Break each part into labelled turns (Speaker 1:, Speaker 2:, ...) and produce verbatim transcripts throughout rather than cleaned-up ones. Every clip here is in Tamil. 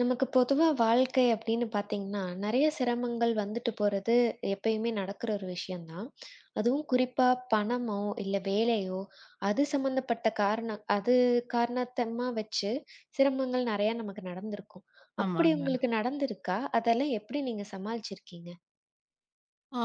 Speaker 1: நமக்கு பொதுவா வாழ்க்கை அப்படின்னு பார்த்தீங்கன்னா, நெறைய சிரமங்கள் வந்துட்டு போறது எப்பயுமே நடக்கிற ஒரு விஷயம் தான். அதுவும் குறிப்பா பணமோ, இல்ல வேலையோ, அது சம்மந்தப்பட்ட காரணம் அது காரணத்தமா வச்சு சிரமங்கள் நெறையா நமக்கு நடந்திருக்கும். அப்படி
Speaker 2: ஆமாங்க.
Speaker 1: உங்களுக்கு நடந்திருக்கா? அதெல்லாம் எப்படி நீங்க சமாளிச்சிருக்கீங்க?
Speaker 2: ஆ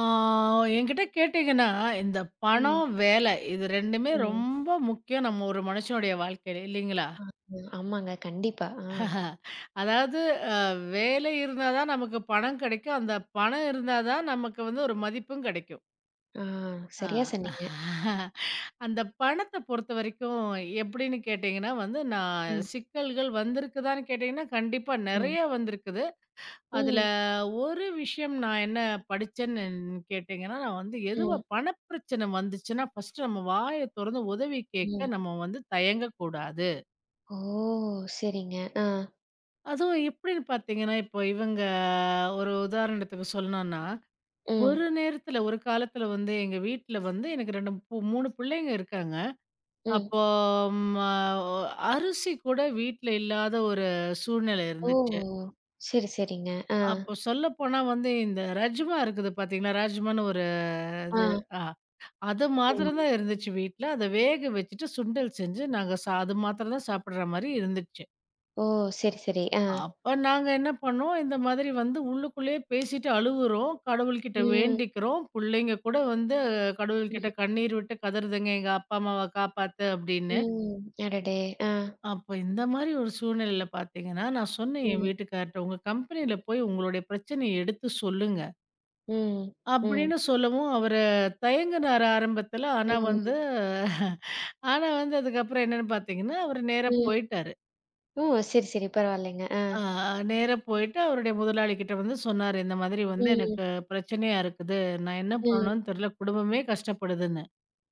Speaker 2: என்கிட்ட கேட்டீங்கன்னா, இந்த பணம்,
Speaker 1: ம்,
Speaker 2: வேலை இது ரெண்டுமே
Speaker 1: ம்.
Speaker 2: ரொம்ப முக்கியம் நம்ம ஒரு மனுஷனுடைய வாழ்க்கையில இல்லைங்களா?
Speaker 1: ஆ, ம், ஆமாங்க. கண்டிப்பா. ஆ,
Speaker 2: அதாவது அ வேலை இருந்தா தான் நமக்கு பணம் கிடைக்கும். அந்த பணம் இருந்தா தான் நமக்கு வந்து ஒரு மதிப்பும் கிடைக்கும்.
Speaker 1: ஆ.
Speaker 2: ஆ.
Speaker 1: சரியா சொன்னீங்க.
Speaker 2: அந்த பணத்த பொறுத்தவரைக்கும் எப்படின்னு கேட்டீங்கன்னா வந்து, நான்
Speaker 1: ம்,
Speaker 2: சிக்கல்கள் வந்திருக்குதான்னு கேட்டீங்கன்னா, கண்டிப்பா
Speaker 1: ம்,
Speaker 2: நெறைய வந்திருக்குது. அதுல
Speaker 1: ம்,
Speaker 2: ஒரு விஷயம் நான் என்ன படிச்சேன்னு கேட்டீங்கன்னா, நான் வந்து எதுவா
Speaker 1: ம்,
Speaker 2: பணப்பிரச்சனை வந்துச்சுன்னா, ஃபர்ஸ்ட் நம்ம வாய தொறந்து உதவி
Speaker 1: ம்.
Speaker 2: கேட்க நம்ம வந்து தயங்கக்கூடாது.
Speaker 1: ஓ! சரிங்க. ஆ.
Speaker 2: அதுவும் எப்படின்னு பார்த்தீங்கன்னா, இப்போ இவங்க ஒரு உதாரணத்துக்கு சொல்லணும்னா, ஒரு
Speaker 1: ம்,
Speaker 2: நேரத்துல ஒரு காலத்துல வந்து எங்க வீட்ல வந்து எனக்கு ரெண்டு பு மூணு பிள்ளைங்க இருக்காங்க.
Speaker 1: ம்.
Speaker 2: அப்போ ம அரிசி கூட வீட்ல இல்லாத ஒரு சூழ்நிலை
Speaker 1: ஓ!
Speaker 2: இருந்துச்சு.
Speaker 1: சரி, சரிங்க. ஆ,
Speaker 2: அப்போ சொல்லப்போனா வந்து இந்த ரஜ்மா இருக்குது பார்த்தீங்களா? ராஜ்மான்னு ஒரு
Speaker 1: ஆ,
Speaker 2: இது. ஆ. அது மாத்திரம்
Speaker 1: ஆமாங்க.
Speaker 2: தான் இருந்துச்சு வீட்ல. அத வேக வச்சுட்டு சுண்டல் செஞ்சு நாங்க சா அது மாத்திரம் தான் சாப்பிடுற மாரி இருந்துச்சு.
Speaker 1: ஓ! சரி, சரி. ஆ.
Speaker 2: அப்ப நாங்க என்ன பண்ணோம், இந்த மாதிரி வந்து உள்ளுக்குள்ளேயே பேசிட்டு அழுவுறோம். கடவுள்கிட்ட
Speaker 1: ம்,
Speaker 2: வேண்டிக்கிறோம். புள்ளைங்க கூட வந்து அஹ்,
Speaker 1: ம்,
Speaker 2: கடவுள்கிட்ட கண்ணீர் விட்டு கதறுதுங்க, "எங்க அப்பா அம்மாவ காப்பாத்து" அப்படின்னு.
Speaker 1: ம். அடடே! ஆ.
Speaker 2: அப்ப இந்த மாரி ஒரு சூழ்நிலையில பார்த்தீங்கன்னா, நான் சொன்னேன் என்
Speaker 1: ம்,
Speaker 2: வீட்டுக்கார்ட்ட, "உங்க கம்பெனியில போய் உங்களுடைய பிரச்சனைய எடுத்து சொல்லுங்க."
Speaker 1: ம், ம்.
Speaker 2: அப்படின்னு சொல்லவும் அவரு தயங்குனாரு ஆரம்பத்துல.
Speaker 1: ஓ!
Speaker 2: ஆனா வந்து ஆனா வந்து அதுக்கப்புறம் என்னன்னு பார்த்தீங்கன்னா, அவரு நேரா
Speaker 1: ம்.
Speaker 2: போயிட்டாரு.
Speaker 1: ஓ! சரி, சரி. பரவாயில்லைங்க. ஆ.
Speaker 2: அ நேரா போயிட்டு அவருடைய முதலாளி கிட்ட வந்து சொன்னாரு. இந்த மாதிரி வந்து
Speaker 1: ம்,
Speaker 2: எனக்கு பிரச்சனையா இருக்குது. நான் என்ன
Speaker 1: ம்,
Speaker 2: பண்ணணும்னு தெரியல. குடும்பமே கஷ்டப்படுதுன்னு.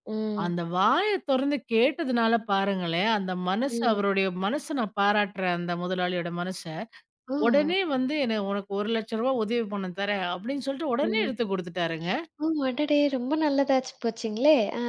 Speaker 1: ம்,
Speaker 2: அந்த வாய தொறந்து கேட்டதுனால பாருங்களேன், அந்த மனசு
Speaker 1: ம்.
Speaker 2: அவருடைய மனச நான் பாராட்டுறேன் அந்த முதலாளியோட மனச.
Speaker 1: ஓ!
Speaker 2: உடனே வந்து என்ன உனக்கு ஒரு லட்சம் ரூபாய் உதவி பணம் தரேன் அப்படின்னு சொல்லிட்டு உடனே
Speaker 1: ம்.
Speaker 2: எடுத்து குடுத்துட்டாருங்க.
Speaker 1: ஓ! அடடே! ரொம்ப நல்லதாச்சு போச்சுங்களே! ஆ.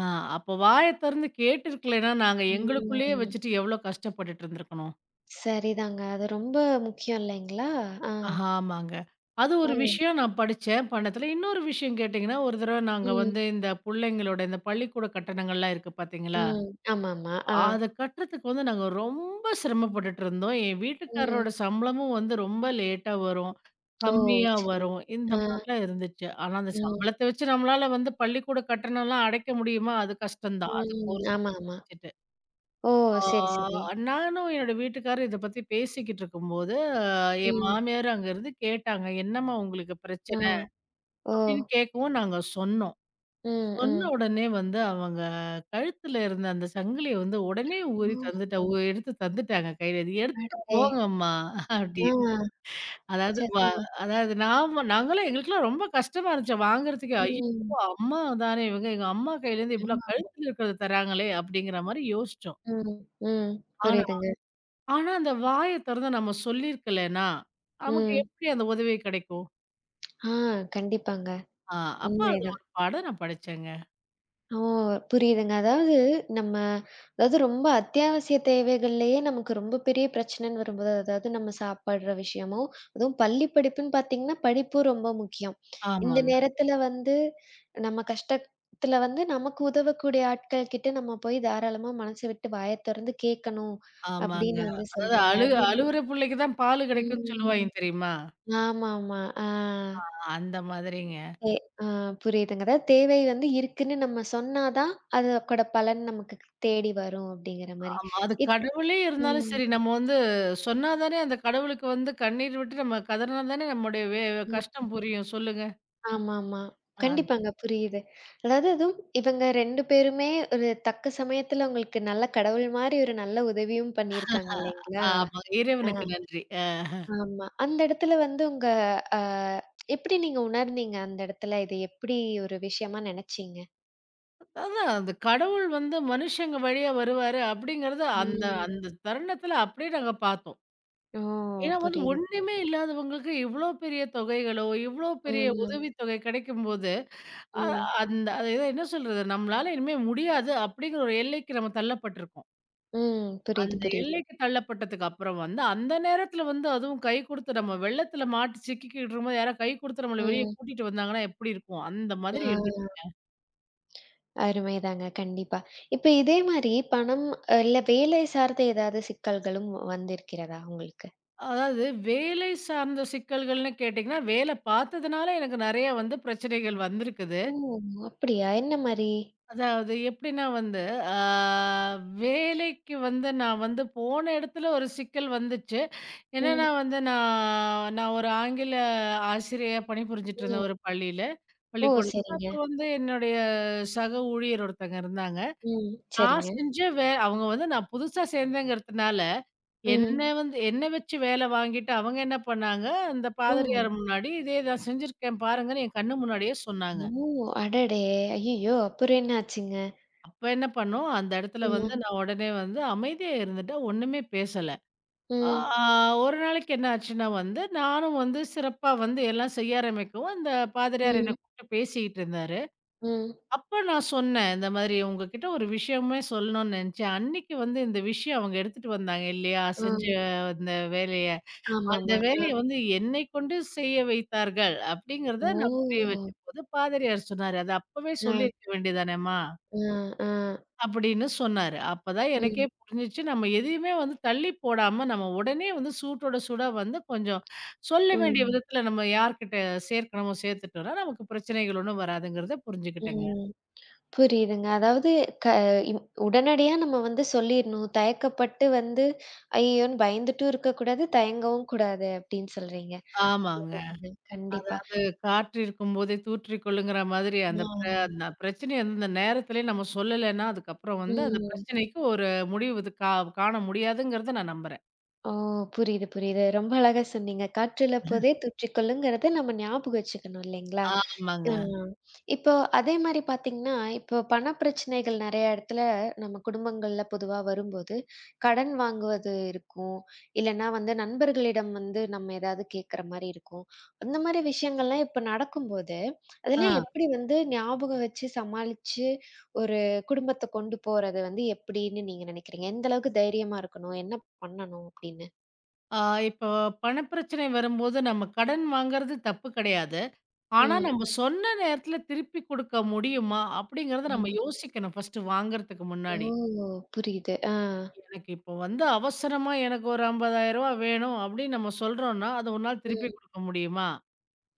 Speaker 2: ஆ, அப்ப வாய திறந்து கேட்டுருக்கலைன்னா, நாங்க எங்களுக்குள்ளேயே
Speaker 1: ம்.
Speaker 2: வச்சுட்டு எவ்ளோ கஷ்டப்பட்டுட்டு இருந்திருக்கணும்.
Speaker 1: சரிதாங்க. அது ரொம்ப முக்கியம் இல்லைங்களா? ஆ.
Speaker 2: ஆமாங்க. அது
Speaker 1: ஓ!
Speaker 2: ஒரு விஷயம் நான் படிச்சேன், பண்ணதில. இன்னொரு விஷயம் கேட்டீங்கன்னா, ஒரு தடவ நாங்க
Speaker 1: ம்,
Speaker 2: வந்து இந்த புள்ளைங்களோட இந்த பள்ளிக்கூட கட்டணங்கள்லாம் இருக்கு பார்த்தீங்களா?
Speaker 1: ம். ஆமாமா. ஆ.
Speaker 2: அத கட்டுறதுக்கு வந்து நாங்க ரொம்ப சிரமப்பட்டுட்டு இருந்தோம். என்
Speaker 1: ம்.
Speaker 2: வீட்டுக்காரரோட சம்பளமும் வந்து ரொம்ப லேட்டா வரும்.
Speaker 1: ஓ!
Speaker 2: கம்மியா
Speaker 1: சரி.
Speaker 2: வரும். இந்த
Speaker 1: ஆ.
Speaker 2: மாரிலாம் இருந்துச்சு. ஆனா, அந்த
Speaker 1: ம்.
Speaker 2: சம்பளத்த வச்சு நம்மளால வந்து பள்ளிக்கூட கட்டணம்லாம் அடைக்க முடியுமா? அது கஷ்டம் தான்.
Speaker 1: ம்.
Speaker 2: அதுக்கு ஒரு
Speaker 1: ஆமா,
Speaker 2: சம்பளத்த
Speaker 1: ஆமா.
Speaker 2: வச்சுட்டு.
Speaker 1: ஓ!
Speaker 2: ஆ
Speaker 1: சரி, சரி.
Speaker 2: நானும் என்னோட வீட்டுக்காரரும் இத பத்தி பேசிக்கிட்டு இருக்கும்போது, அ என்
Speaker 1: ம்.
Speaker 2: மாமியார் அங்கருந்து கேட்டாங்க. "என்னம்மா உங்களுக்கு
Speaker 1: ஆ.
Speaker 2: பிரச்சனை?"
Speaker 1: ஓ!
Speaker 2: அப்படின்னு கேட்கவும் நாங்க சொன்னோம்.
Speaker 1: ம்,
Speaker 2: சொன்ன
Speaker 1: ம்.
Speaker 2: உடனே வந்து அவங்க கழுத்துல இருந்த அந்த சங்கிலிய வந்து உடனே ஊறி தந்துட்டா
Speaker 1: ஓ!
Speaker 2: உ எடுத்து தந்துட்டாங்க கையில. "இது எடுத்துட்டு
Speaker 1: அடடே!
Speaker 2: போங்கம்மா"
Speaker 1: ஆ.
Speaker 2: அப்படின்னு. அதாவது
Speaker 1: சரி.
Speaker 2: வ
Speaker 1: ஆ.
Speaker 2: அதாவது நாம நாங்களும் எங்களுக்கெல்லாம் ரொம்ப கஷ்டமா இருந்துச்சு வாங்குறதுக்கே. ஐயோ!
Speaker 1: ம்.
Speaker 2: அம்மா தானே இவங்க, எங்க அம்மா கையிலேருந்து இவ்ளோ
Speaker 1: ஆமா, ஆமா.
Speaker 2: கழுத்துல இருக்கிறத தராங்களே அப்படிங்கிற மாரி யோசிச்சோம்.
Speaker 1: ம், ம். புரியுதுங்க.
Speaker 2: ஆனா, அந்த வாய தொறந்து நம்ம சொல்லியிருக்கலன்னா, நமக்கு
Speaker 1: ம்.
Speaker 2: எப்படி அந்த உதவி கிடைக்கும்?
Speaker 1: ஆ. கண்டிப்பாங்க.
Speaker 2: ஆ, அப்ப அது
Speaker 1: உண்மைதான்.
Speaker 2: ஒரு பாடம் நான் படிச்சேங்க.
Speaker 1: ஓ! புரியுதுங்க. அதாவது நம்ம அதாவது ரொம்ப அத்தியாவசிய தேவைகள்லயே நமக்கு ரொம்ப பெரிய பிரச்சனைன்னு வரும்போது, அதாவது நம்ம சாப்பிடுற விஷயமோ, அதுவும் பள்ளி படிப்புன்னு பார்த்தீங்கன்னா, படிப்பும் ரொம்ப முக்கியம். இந்த
Speaker 2: ஆமாங்க,
Speaker 1: நேரத்தில வந்து நம்ம கஷ்டத்தில வந்து நமக்கு உதவக்கூடிய ஆட்கள் கிட்ட நம்ம போய் தாராளமா மனச விட்டு வாய தொறந்து கேட்கணும்,
Speaker 2: ஆமாங்க.
Speaker 1: அப்படின்னு வந்து
Speaker 2: அதாவது
Speaker 1: சொல்றீங்க.
Speaker 2: அழு
Speaker 1: அது
Speaker 2: அழுவுற புள்ளைக்கு தான் பாலு கிடைக்கும்னு
Speaker 1: ம்.
Speaker 2: சொல்லுவாய்ங்க தெரியுமா?
Speaker 1: ஆமாமா. ஆ.
Speaker 2: ஆ, அந்த மாதிரிங்க.
Speaker 1: தே ஆ புரியுதுங்க. அதாவது தேவை வந்து இருக்குன்னு நம்ம சொன்னா தான், அதோட பலன் நமக்கு தேடி வரும் அப்படிங்கிற மாரி.
Speaker 2: ஆமா. அது
Speaker 1: இப்
Speaker 2: கடவுளே இருந்தாலும்
Speaker 1: ம்,
Speaker 2: சரி, நம்ம வந்து சொன்னா தானே அந்த கடவுளுக்கு வந்து கண்ணீர் விட்டு நம்ம கதறினா தானே நம்முடைய வே
Speaker 1: ம்.
Speaker 2: கஷ்டம் புரியும். சொல்லுங்க.
Speaker 1: ஆமாமா.
Speaker 2: அதான்
Speaker 1: கண்டிப்பாங்க புரியுது. அதாவது அதுவும் இவங்க ரெண்டு பேருமே ஒரு தக்க சமயத்துல உங்களுக்கு நல்ல கடவுள் மாரி ஒரு நல்ல உதவியும் பண்ணியிருக்காங்க இல்லைங்களா?
Speaker 2: ஆமாங்க.
Speaker 1: ஆ,
Speaker 2: இறைவனுக்கு நன்றி.
Speaker 1: ஆமா. அந்த இடத்துல வந்து உங்க அ எப்படி நீங்க உணர்ந்தீங்க அந்த இடத்துல? இத எப்படி ஒரு விஷயமா நினைச்சீங்க?
Speaker 2: அதான் அந்த கடவுள் வந்து மனுஷங்க வழியா வருவாரு அப்படிங்கிறது அந்த
Speaker 1: ம்.
Speaker 2: அந்த தருணத்துல அப்படியே நாங்க பார்த்தோம்.
Speaker 1: ஓ!
Speaker 2: ஏன்னா வந்து
Speaker 1: புரியுது, புரியுது.
Speaker 2: ஒண்ணுமே இல்லாதவங்களுக்கு இவ்ளோ பெரிய தொகைகளோ, இவ்ளோ பெரிய
Speaker 1: ம்,
Speaker 2: உதவித்தொகை கிடைக்கும்போது, அ
Speaker 1: ம்.
Speaker 2: அந்த அது எதோ என்ன சொல்றது? நம்மளால இனிமே முடியாது அப்படிங்கிற ஒரு எல்லைக்கு நம்ம தள்ளப்பட்டுருக்கோம்.
Speaker 1: ம். புரியுது,
Speaker 2: அந்த
Speaker 1: புரியுது.
Speaker 2: எல்லைக்கு தள்ளப்பட்டதுக்கு அப்புறம் வந்து, அந்த நேரத்துல வந்து அதுவும் கை குடுத்து நம்ம வெள்ளத்துல மாட்டி சிக்கிக்கிட்டு இருக்கும்போது, யாராவது கை குடுத்து நம்மள வெளிய
Speaker 1: ம்.
Speaker 2: கூட்டிட்டு வந்தாங்கன்னா எப்படி இருக்கும்? அந்த
Speaker 1: ஆ
Speaker 2: மாதிரி இருந்துச்சு.
Speaker 1: அருமைதாங்க. கண்டிப்பா. இப்ப இதே மாரி பணம் இல்ல வேலை சார்ந்த ஏதாவது சிக்கல்களும் வந்திருக்கிறதா உங்களுக்கு?
Speaker 2: அதாவது வேலை சார்ந்த சிக்கல்கள்னு கேட்டிங்கன்னா, வேலை பார்த்ததுனால எனக்கு நெறைய வந்து பிரச்சனைகள் வந்திருக்குது.
Speaker 1: ஓ! அப்படியா? என்ன மாரி?
Speaker 2: அதாவது எப்படின்னா வந்து, ஆ வேலைக்கு வந்து நான் வந்து போன இடத்துல ஒரு சிக்கல் வந்துச்சு. என்னன்னா
Speaker 1: ம்,
Speaker 2: வந்து நான் நான் ஒரு ஆங்கில ஆசிரியையா பணிபுரிஞ்சுட்டு
Speaker 1: ம்.
Speaker 2: இருந்தேன் ஒரு பள்ளியில,
Speaker 1: ஓ!
Speaker 2: பள்ளிக்கூடத்தில.
Speaker 1: சரிங்க.
Speaker 2: அப்போ வந்து என்னுடைய சக ஊழியர் ஒருத்தங்க இருந்தாங்க.
Speaker 1: ம். சரிங்க.
Speaker 2: நான் செஞ்ச வே அவங்க வந்து நான் புதுசா சேர்ந்தேங்கிறதுனால,
Speaker 1: ம்.
Speaker 2: என்ன வந்து என்ன வச்சு வேலை வாங்கிட்டு அவங்க என்ன பண்ணாங்க, அந்த
Speaker 1: ஓ!
Speaker 2: பாதிரியார் முன்னாடி இதே தான் செஞ்சிருக்கேன் பாருங்கன்னு என் கண்ணு முன்னாடியே சொன்னாங்க.
Speaker 1: ஓ! அடடே! ஐயய்யோ! அப்புறம் என்ன ஆச்சுங்க?
Speaker 2: அப்ப என்ன பண்ணோம், அந்த இடத்துல
Speaker 1: ம்.
Speaker 2: வந்து நான் உடனே வந்து அமைதியா இருந்துட்டேன். ஒண்ணுமே பேசல. ஆ
Speaker 1: ம்.
Speaker 2: ஒரு நாளைக்கு என்ன ஆச்சுன்னா வந்து, நானும் வந்து சிறப்பா வந்து எல்லாம் செய்ய ஆரம்பிக்கவும், அந்த பாதிரியார் என்ன
Speaker 1: ம்.
Speaker 2: கூப்பிட்டு பேசிக்கிட்டு இருந்தாரு.
Speaker 1: ம்.
Speaker 2: அப்ப நான் சொன்னேன். இந்த மாதிரி உங்ககிட்ட ஒரு விஷயமே சொல்லணும்னு நெனச்சேன். அன்னைக்கு வந்து இந்த விஷயம் அவங்க எடுத்துட்டு வந்தாங்க இல்லையா? செஞ்ச
Speaker 1: ஆ.
Speaker 2: அந்த வேலைய. அந்த
Speaker 1: ஆமாமா. ஆ.
Speaker 2: வேலைய வந்து என்னை கொண்டு செய்ய வைத்தார்கள்.
Speaker 1: ஓ!
Speaker 2: அப்படிங்கிறத நான் புரிய வச்சபோது பாதிரியார் சொன்னாரு. "அது அப்பவே
Speaker 1: ஆ,
Speaker 2: சொல்லியிருக்க வேண்டியதானேம்மா?"
Speaker 1: ஆ, ஆ.
Speaker 2: அப்படின்னு சொன்னாரு. அப்பதான்
Speaker 1: ம்,
Speaker 2: எனக்கே புரிஞ்சுச்சு. நம்ம எதையுமே வந்து தள்ளி போடாம நம்ம உடனே வந்து சூட்டோட சூடா வந்து கொஞ்சம் சொல்ல வேண்டிய
Speaker 1: ம்,
Speaker 2: விதத்துல நம்ம யார்கிட்ட சேர்க்கணுமோ சேர்த்துட்டோம்னா, நமக்கு பிரச்சனைகள் ஒண்ணும் வராதுங்கிறத புரிஞ்சுக்கிட்டேங்க.
Speaker 1: ம். புரியுதுங்க. அதாவது க இம் உடனடியா நம்ம வந்து சொல்லிர்ணும். தயக்கப்பட்டு வந்து ஐயயோன்னு பயந்துட்டும் இருக்கக்கூடாது, தயங்கவும் கூடாது அப்டின்னு சொல்றீங்க.
Speaker 2: ஆமாங்க.
Speaker 1: புரியுதுங்க. கண்டிப்பா.
Speaker 2: அது காற்று இருக்கும்போதே தூற்றிக் கொள்ளுங்கிற மாதிரி
Speaker 1: ஆ.
Speaker 2: அந்த பிர அந்த பிரச்சனைய வந்து அந்த நேரத்திலே நம்ம சொல்லலைன்னா, அதுக்கப்புறம் வந்து அந்த
Speaker 1: ம்.
Speaker 2: பிரச்சனைக்கு ஒரு முடிவு இது கா காண முடியாதுங்கிறத நான் நம்புறேன்.
Speaker 1: ஓ! புரியுது, புரியுது. ரொம்ப அழகா சொன்னீங்க. காற்றில போதே தூற்றிக்கொள்ளுங்கிறத நம்ம ஞாபகம் வச்சுக்கணும் இல்லைங்களா? ஆ.
Speaker 2: ஆமாங்க.
Speaker 1: இப்போ அதே மாரி பார்த்தீங்கன்னா, இப்போ பணப்பிரச்சனைகள் நெறைய இடத்துல நம்ம குடும்பங்கள்ல பொதுவா வரும்போது, கடன் வாங்குவது இருக்கும். இல்லன்னா வந்து நண்பர்களிடம் வந்து நம்ம ஏதாவது கேட்கிற மாரி இருக்கும். அந்த மாரி விஷயங்கள்லாம் இப்ப நடக்கும்போது, அதெல்லாம்
Speaker 2: ஆ.
Speaker 1: எப்படி வந்து ஞாபகம் வச்சு சமாளிச்சு ஒரு குடும்பத்த கொண்டு போறது வந்து எப்படின்னு நீங்க நினைக்கிறீங்க? எந்த அளவுக்கு தைரியமா இருக்கணும்? என்ன பண்ணணும் அப்படின்னு?
Speaker 2: ஆ இப்போ பணப்பிரச்சனை வரும்போது நம்ம கடன் வாங்குறது தப்பு கிடையாது. ஆனா
Speaker 1: ம்.
Speaker 2: நம்ம சொன்ன நேரத்தில திருப்பி குடுக்க முடியுமா? அப்படிங்கிறத நம்ம
Speaker 1: ம்.
Speaker 2: யோசிக்கணும் ஃபர்ஸ்ட்டு வாங்குறதுக்கு
Speaker 1: ஓ!
Speaker 2: முன்னாடி.
Speaker 1: புரியுது. ஆ.
Speaker 2: எனக்கு இப்போ வந்து அவசரமா எனக்கு ஒரு ஐம்பதாயிரம் ரூபாய் வேணும் அப்படின்னு நம்ம சொல்றோம்னா, அது உன்னால திருப்பி
Speaker 1: ம்.
Speaker 2: குடுக்க முடியுமா?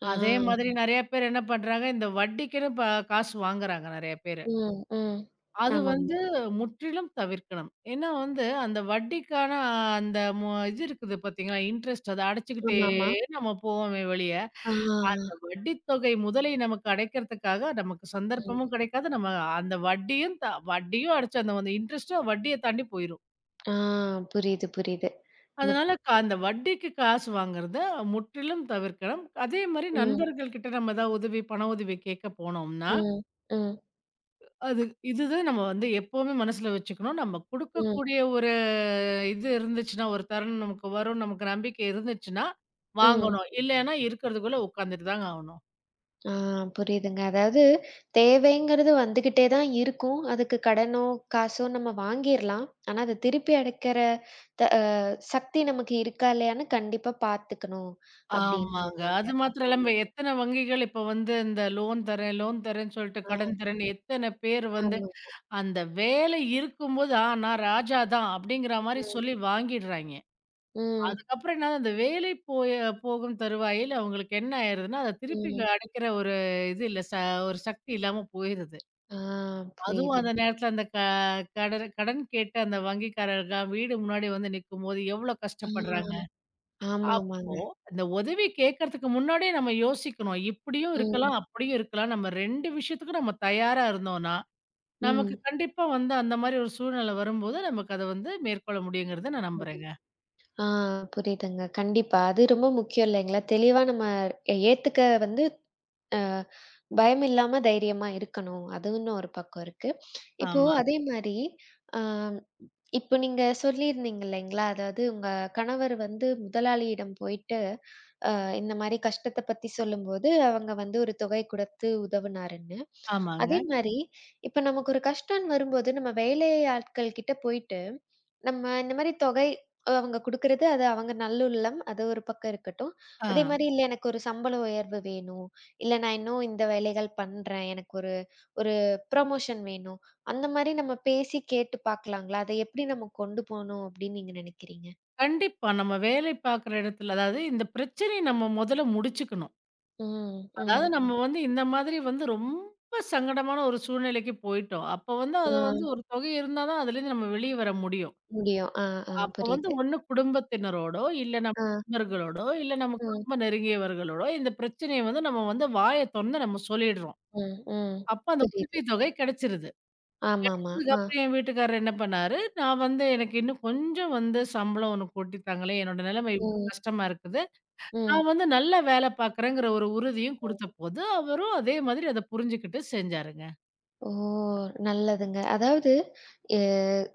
Speaker 1: ஆ.
Speaker 2: அதே மாதிரி நெறைய பேர் என்ன பண்றாங்க, இந்த வட்டிக்குன்னு ப காசு வாங்குறாங்க நெறைய பேரு.
Speaker 1: ம். ம்.
Speaker 2: அது
Speaker 1: ஆமாமா.
Speaker 2: வந்து முற்றிலும் தவிர்க்கணும். ஏன்னா வந்து அந்த வட்டிக்கான அந்த மு இது இருக்குது பார்த்தீங்களா, இன்ட்ரெஸ்ட் அத அடைச்சுக்கிட்டே
Speaker 1: ஆமாமா.
Speaker 2: நம்ம போவோமே வெளிய, அந்த
Speaker 1: ஆ.
Speaker 2: வட்டி தொகை முதலை நமக்கு அடைக்கிறதுக்காக நமக்கு சந்தர்ப்பமும்
Speaker 1: ம்.
Speaker 2: கிடைக்காது. நம்ம அந்த வட்டியும் த வட்டியும் அடைச்சு அந்த வந்து இன்ட்ரெஸ்ட்டும் வட்டிய தாண்டி போயிரும்.
Speaker 1: ஆ புரியுது, புரியுது. மத்
Speaker 2: அதனால க அந்த வட்டிக்கு காசு வாங்குறத முற்றிலும் தவிர்க்கணும். அதே மாரி
Speaker 1: ம்,
Speaker 2: நண்பர்கள் கிட்ட நம்ம ஏதாவது உதவி, பண உதவி கேட்க போனோம்னா,
Speaker 1: ம், ம்,
Speaker 2: அது இதுதான் நம்ம வந்து எப்பவுமே மனசுல வச்சுக்கணும். நம்ம
Speaker 1: ம்,
Speaker 2: குடுக்கக்கூடிய ஒரு இது இருந்துச்சுன்னா, ஒரு தருணம் நமக்கு வரும், நமக்கு நம்பிக்கை இருந்துச்சுன்னா,
Speaker 1: ம்.
Speaker 2: வாங்கணும். இல்லைன்னா இருக்கிறதுக்குள்ள உட்காந்துட்டு தாங்க ஆகணும்.
Speaker 1: ஆ புரியுதுங்க. அதாவது தேவைங்கிறது வந்துகிட்டே தான் இருக்கும். அதுக்கு கடனோ, காசோ நம்ம வாங்கிர்லாம். ஆனா, அத திருப்பி அடைக்கிற த அ சக்தி நமக்கு இருக்கா இல்லையான்னு கண்டிப்பா பார்த்துக்கணும் அப்படின்னு
Speaker 2: ஆமாங்க.
Speaker 1: சொல்றீங்க.
Speaker 2: அது மாத்திரம் இல்லாம எத்தன வங்கிகள் இப்ப வந்து இந்த லோன் தரேன், லோன் தரேன்னு சொல்லிட்டு
Speaker 1: ஆமா.
Speaker 2: கடன் தரேன்னு எத்தன பேர்
Speaker 1: ஆ,
Speaker 2: வந்து
Speaker 1: ஆமா.
Speaker 2: அந்த வேலை இருக்கும்போது, ஆ நான் ராஜா தான் அப்படிங்கிற மாரி
Speaker 1: ம்,
Speaker 2: சொல்லி வாங்கிடுறாய்ங்க.
Speaker 1: ம்,
Speaker 2: அதுக்கப்புறம் என்னது அந்த வேலை போய போகும் தருவாயில் அவங்களுக்கு என்ன ஆயிருதுன்னா, அத திருப்பி
Speaker 1: ம்.
Speaker 2: அடைக்கிற ஒரு இது இல்ல, ச ஒரு சக்தி இல்லாம போயிருது.
Speaker 1: ஆ
Speaker 2: அதுவும்
Speaker 1: புரியுது.
Speaker 2: அந்த நேரத்துல அந்த க கடன் கடன் கேட்டு அந்த வங்கிக்காரர்லாம் வீடு முன்னாடி வந்து நிக்கும்போது எவ்ளோ
Speaker 1: ஆ
Speaker 2: கஷ்டப்படுறாங்க. அப்
Speaker 1: ஆமாமாங்க.
Speaker 2: இந்த உதவி கேட்கறதுக்கு முன்னாடியே நம்ம யோசிக்கணும். இப்படியும்
Speaker 1: ம்,
Speaker 2: இருக்கலாம், அப்படியும் இருக்கலாம். நம்ம ரெண்டு விஷயத்துக்கும் நம்ம தயாரா இருந்தோம்னா, நமக்கு கண்டிப்பா வந்து அந்த மாரி ஒரு சூழ்நிலை வரும்போது, நமக்கு அத வந்து மேற்கொள்ள முடியுங்கிறத நான்
Speaker 1: ம்.
Speaker 2: நம்புறேங்க.
Speaker 1: ஆ புரியுதுங்க. கண்டிப்பா. அது ரொம்ப முக்கியம் இல்லைங்களா? தெளிவா நம்ம ஏத்துக்க வந்து அ பயம் இல்லாம தைரியமா இருக்கணும். அதுன்னு ஒரு பக்கம் இருக்கு. இப்போ
Speaker 2: ஆமா,
Speaker 1: அதே மாரி அ இப்போ நீங்க சொல்லியிருந்தீங்க இல்லைங்களா? அதாவது உங்க கணவர் வந்து முதலாளியிடம் போயிட்டு அ இந்த மாரி கஷ்டத்த பத்தி சொல்லும்போது, அவங்க வந்து ஒரு தொகை கொடுத்து உதவுனாருன்னு. அதே
Speaker 2: ஆமாங்க.
Speaker 1: மாரி, இப்ப நமக்கு ஒரு கஷ்டம்ன்னு வரும்போது, நம்ம வேலை ஆட்கள் கிட்ட போயிட்டு, நம்ம இந்த மாரி தொகை அவங்க குடுக்குறது, அது அவங்க நல்லுள்ளம். அது ஒரு பக்கம் இருக்கட்டும்.
Speaker 2: ஆ.
Speaker 1: அதே மாரி இல்ல எனக்கு ஒரு சம்பள உயர்வு வேணும். இல்ல நான் இன்னும் இந்த வேலைகள் பண்றேன். எனக்கு ஒரு ஒரு ப்ரமோஷன் வேணும். அந்த மாரி நம்ம பேசி கேட்டு பார்க்கலாங்களா? அத எப்படி நம்ம கொண்டு போணும் அப்படின்னு நீங்க நினைக்கிறீங்க?
Speaker 2: கண்டிப்பா. நம்ம வேலை பார்க்குற இடத்துல அதாவது இந்த பிரச்சனைய நம்ம முதல்ல முடிச்சுக்கணும்.
Speaker 1: ம்,
Speaker 2: அதாவது
Speaker 1: ம்.
Speaker 2: நம்ம வந்து இந்த மாதிரி வந்து ரொம்ப சங்கடமான ஒரு சூழ்நிலைக்கு போயிட்டோம். அப்போ வந்து
Speaker 1: ஆ
Speaker 2: அது வந்து ஒரு தொகை இருந்தா தான் அதுலேருந்து நம்ம வெளிய வர முடியும்.
Speaker 1: முடியும். ஆ, ஆ
Speaker 2: அப்போ வந்து
Speaker 1: புரியுது.
Speaker 2: ஒண்ணு குடும்பத்தினரோடோ, இல்ல நம்ம
Speaker 1: ஆ.
Speaker 2: நண்பர்களோடோ, இல்ல நமக்கு
Speaker 1: ம்.
Speaker 2: ரொம்ப நெருங்கியவர்களோடோ இந்த பிரச்சனைய வந்து நம்ம வந்து வாய தொறந்து நம்ம சொல்லிடுறோம்.
Speaker 1: ம். ம்.
Speaker 2: அப்ப அந்த
Speaker 1: புரியுது.
Speaker 2: உதவித்தொகை கிடைச்சிருது.
Speaker 1: ஆமாமா. ஆ.
Speaker 2: கிடைச்சதுக்கப்புறம் என் வீட்டுக்காரர் என்ன பண்ணாரு, நான் வந்து எனக்கு இன்னும் கொஞ்சம் வந்து சம்பளம் ஒண்ணு கூட்டி தாங்களேன், என்னோட நிலைமை இவ்ளோ
Speaker 1: ம்.
Speaker 2: கஷ்டமா இருக்குது.
Speaker 1: ம்.
Speaker 2: நான் வந்து நல்ல வேலை பார்க்குறேங்கிற ஒரு உறுதியும்
Speaker 1: ம்.
Speaker 2: குடுத்தபோது, அவரும் அதே மாதிரி அத புரிஞ்சுகிட்டு செஞ்சாருங்க.
Speaker 1: ஓ! நல்லதுங்க. அதாவது எ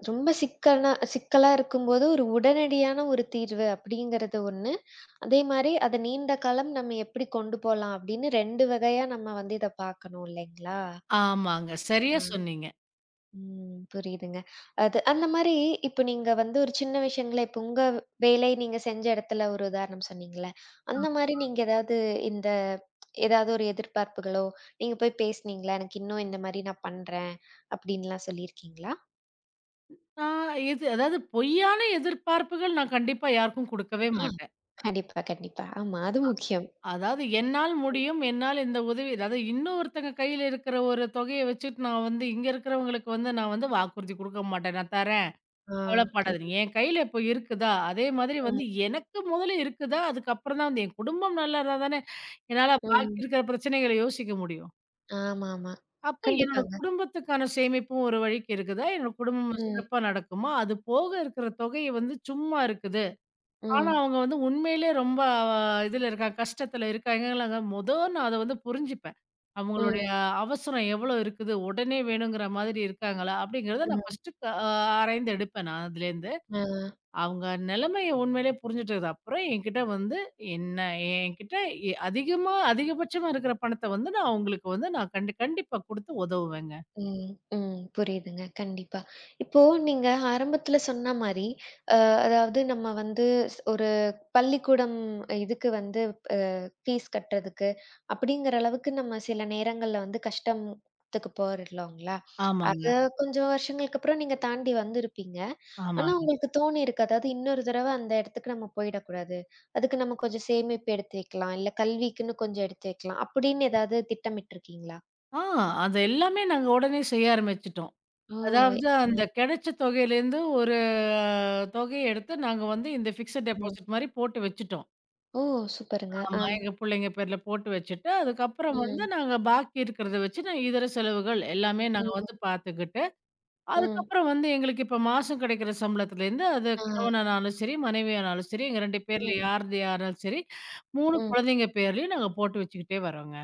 Speaker 1: ரொம்ப சிக்கனா சிக்கலா இருக்கும்போது ஒரு உடனடியான ஒரு தீர்வு அப்படிங்கிறது ஒண்ணு. அதே மாரி அத நீண்ட காலம் நம்ம எப்படி கொண்டு போலாம் அப்படின்னு ரெண்டு வகையா நம்ம வந்து இத பார்க்கணும் இல்லைங்களா?
Speaker 2: ஆமாங்க. சரியா சொன்னீங்க.
Speaker 1: ம். புரியுதுங்க. அது அந்த மாரி இப்ப நீங்க வந்து ஒரு சின்ன விஷயங்கள இப்ப உங்க வேலை நீங்க செஞ்ச இடத்துல ஒரு உதாரணம் சொன்னீங்கல்ல. அந்த மாரி நீங்க ஏதாவது இந்த ஏதாவது ஒரு எதிர்பார்ப்புகளோ, நீங்க போய் பேசுனீங்களா? எனக்கு இன்னும் இந்த மாரி நான் பண்றேன் அப்டின்லாம் சொல்லியிருக்கீங்களா?
Speaker 2: நான் இது அதாவது பொய்யான எதிர்பார்ப்புகள் நான் கண்டிப்பா யாருக்கும் குடுக்கவே
Speaker 1: ஆ.
Speaker 2: மாட்டேன்.
Speaker 1: கண்டிப்பா, கண்டிப்பா. ஆமா. அது முக்கியம்.
Speaker 2: அதாவது என்னால் முடியும், என்னால் இந்த உதவி அதாவது இன்னொருத்தங்க கையில இருக்கிற ஒரு தொகைய வச்சுட்டு நான் வந்து இங்க இருக்கிறவங்களுக்கு வந்து நான் வந்து வாக்குறுதி குடுக்க மாட்டேன். நான் தரேன்.
Speaker 1: ஆ. புரியுது.
Speaker 2: கவலைப்படாதீங்க. என் கையில இப்போ இருக்குதா, அதே மாதிரி
Speaker 1: ம்.
Speaker 2: வந்து எனக்கு முதல்ல இருக்குதா, அதுக்கப்புறம் தான் வந்து என் குடும்பம் நல்லா இருந்தா தானே என்னால பாக்கி
Speaker 1: ம்.
Speaker 2: இருக்கிற பிரச்சனைகள யோசிக்க முடியும்.
Speaker 1: ஆமாமா.
Speaker 2: அப்ப என்னோட
Speaker 1: கண்டிப்பாங்க.
Speaker 2: குடும்பத்துக்கான சேமிப்பும் ஒரு வழிக்கு இருக்குதா? என்னோட குடும்பம்
Speaker 1: ம்.
Speaker 2: சிறப்பா நடக்குமா? அது போக இருக்கிற தொகை வந்து சும்மா இருக்குது. ஆனா,
Speaker 1: ம்.
Speaker 2: அவங்க வந்து உண்மையிலே ரொம்ப அஹ், இதுல இருக்காங்க, கஷ்டத்துல இருக்காங்கங்களாங்க. மொத நான் அத வந்து புரிஞ்சுப்பேன்.
Speaker 1: ம்.
Speaker 2: அவங்களுடைய அவசரம் எவ்வளோ இருக்குது? உடனே வேணுங்கிற மாதிரி இருக்காங்களா? அப்படிங்கிறத நான்
Speaker 1: ம்.
Speaker 2: ஃபர்ஸ்ட்டு க அ ஆராய்ந்து எடுப்பேன் நான் அதுலேருந்து.
Speaker 1: ஆ.
Speaker 2: அவங்க நிலைமைய உண்மையிலே புரிஞ்சுட்டது அப்புறம் என்கிட்ட வந்து என்ன என்கிட்ட எ அதிகமா அதிகபட்சமா இருக்கிற பணத்த வந்து நான் அவங்களுக்கு வந்து நான் கண்டி கண்டிப்பா குடுத்து உதவுவேங்க.
Speaker 1: ம், ம். புரியுதுங்க. கண்டிப்பா. இப்போ நீங்க ஆரம்பத்துல சொன்ன மாரி, அ அதாவது நம்ம வந்து ஸ் ஒரு பள்ளிக்கூடம் இதுக்கு வந்து அ ஃபீஸ் கட்டுறதுக்கு, அப்படிங்கிற அளவுக்கு நம்ம சில நேரங்கள்ல வந்து கஷ்டத்துக்கு போயிடலாங்களா? அத
Speaker 2: ஆமாங்க,
Speaker 1: கொஞ்சம் வருஷங்களுக்கு அப்புறம் நீங்க தாண்டி வந்திருப்பீங்க. ஆனா
Speaker 2: ஆமாங்க.
Speaker 1: உங்களுக்கு தோணியிருக்கு, அதாவது இன்னொரு தடவ அந்த இடத்துக்கு நம்ம போயிடக்கூடாது. அதுக்கு நம்ம கொஞ்சம் சேமிப்பு எடுத்து வைக்கலாம், இல்ல கல்விக்குன்னு கொஞ்சம் எடுத்து வைக்கலாம், அப்படின்னு ஏதாவது திட்டமிட்டுருக்கீங்களா?
Speaker 2: ஆ அது எல்லாமே நாங்க உடனே செய்ய ஆரம்பிச்சுட்டோம்.
Speaker 1: ஓ! எ
Speaker 2: அதாவது அந்த
Speaker 1: ம்.
Speaker 2: கிடைச்ச தொகையிலேருந்து ஒரு தொகைய எடுத்து நாங்க வந்து இந்த பிக்ஸட்
Speaker 1: ம்.
Speaker 2: டெபாசிட் மாரி போட்டு வச்சுட்டோம்.
Speaker 1: ஓ! சூப்பருங்க. ஆ.
Speaker 2: ஆமா, எங்க புள்ளைங்க பேர்ல போட்டு வச்சுட்டு, அதுக்கப்புறம் வந்து
Speaker 1: ம்.
Speaker 2: நாங்க பாக்கி இருக்கிறத வச்சு நான் இதர செலவுகள் எல்லாமே நாங்க
Speaker 1: ம்.
Speaker 2: வந்து பார்த்துக்கிட்டு,
Speaker 1: ம்.
Speaker 2: அதுக்கப்புறம் வந்து எங்களுக்கு இப்ப மாசம் கிடைக்கிற சம்பளத்துலேருந்து அது
Speaker 1: ஆ.
Speaker 2: கணவனானாலும் சரி, மனைவியானாலும் சரி, எங்க ரெண்டு பேர்ல
Speaker 1: ம்.
Speaker 2: யார்து யாராலும் சரி, மூணு
Speaker 1: ம்.
Speaker 2: குழந்தைங்க பேர்லயும் நாங்க போட்டு வச்சுக்கிட்டே வரோங்க.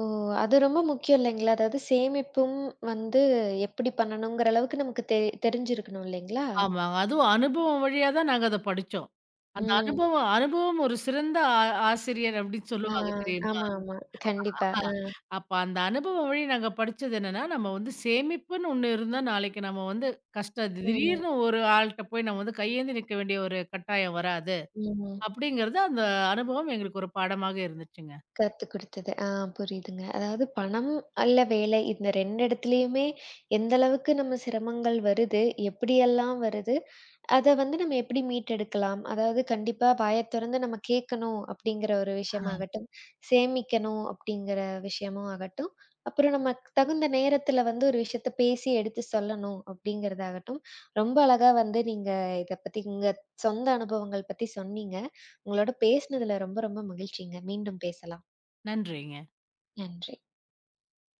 Speaker 1: ஓ! அது ரொம்ப முக்கியம் இல்லைங்களா? அதாவது சேமிப்பும் வந்து எப்படி பண்ணணுங்கிற அளவுக்கு நமக்கு தெ தெரிஞ்சிருக்கணும் இல்லைங்களா?
Speaker 2: ஆமாங்க. அதுவும் அனுபவம் வழியா தான் நாங்க அத படிச்சோம். அந்த
Speaker 1: ம்.
Speaker 2: அனுபவம் அனுபவம் ஒரு சிறந்த ஆ ஆசிரியர் அப்படின்னு
Speaker 1: ஆ.
Speaker 2: சொல்லுவாங்க தெரியுமா?
Speaker 1: ஆமா, ஆமா. கண்டிப்பா.
Speaker 2: ஆஹ்.
Speaker 1: ஆ.
Speaker 2: அப்ப அந்த அனுபவம் வழி நாங்க படிச்சது என்னன்னா, நம்ம வந்து சேமிப்புன்னு ஒண்ணு இருந்தா நாளைக்கு நம்ம வந்து கஷ்ட
Speaker 1: ம்.
Speaker 2: திடீர்னு ஒரு ஆள்ட்ட போய் நம்ம வந்து கையேந்தி நிக்க வேண்டிய ஒரு கட்டாயம் வராது.
Speaker 1: ம்.
Speaker 2: அப்படிங்கிறது அந்த அனுபவம் எங்களுக்கு ஒரு பாடமாக இருந்துச்சுங்க.
Speaker 1: கத்துக் குடுத்தது. ஆ புரியுதுங்க. அதாவது பணம் அல்ல வேலை இந்த ரெண்டு இடத்துலயுமே எந்த அளவுக்கு நம்ம சிரமங்கள் வருது, எப்படியெல்லாம் வருது அத வந்து நம்ம எப்படி மீட்டெடுக்கலாம்? அதாவது கண்டிப்பா வாய தொறந்து நம்ம கேட்கணும் அப்படிங்கிற ஒரு
Speaker 2: ஆஹ்.
Speaker 1: விஷயமாகட்டும், சேமிக்கணும் அப்படிங்கிற விஷயமும் ஆகட்டும், அப்புறம் நமக்கு தகுந்த நேரத்துல வந்து ஒரு விஷயத்த பேசி எடுத்து சொல்லணும் அப்படிங்கிறதாகட்டும், ரொம்ப அழகா வந்து நீங்க இத பத்தி உங்க சொந்த அனுபவங்கள் பத்தி சொன்னீங்க. உங்களோட பேசினதுல ரொம்ப ரொம்ப மகிழ்ச்சிங்க. மீண்டும் பேசலாம்.
Speaker 2: நன்றிங்க.
Speaker 1: நன்றி.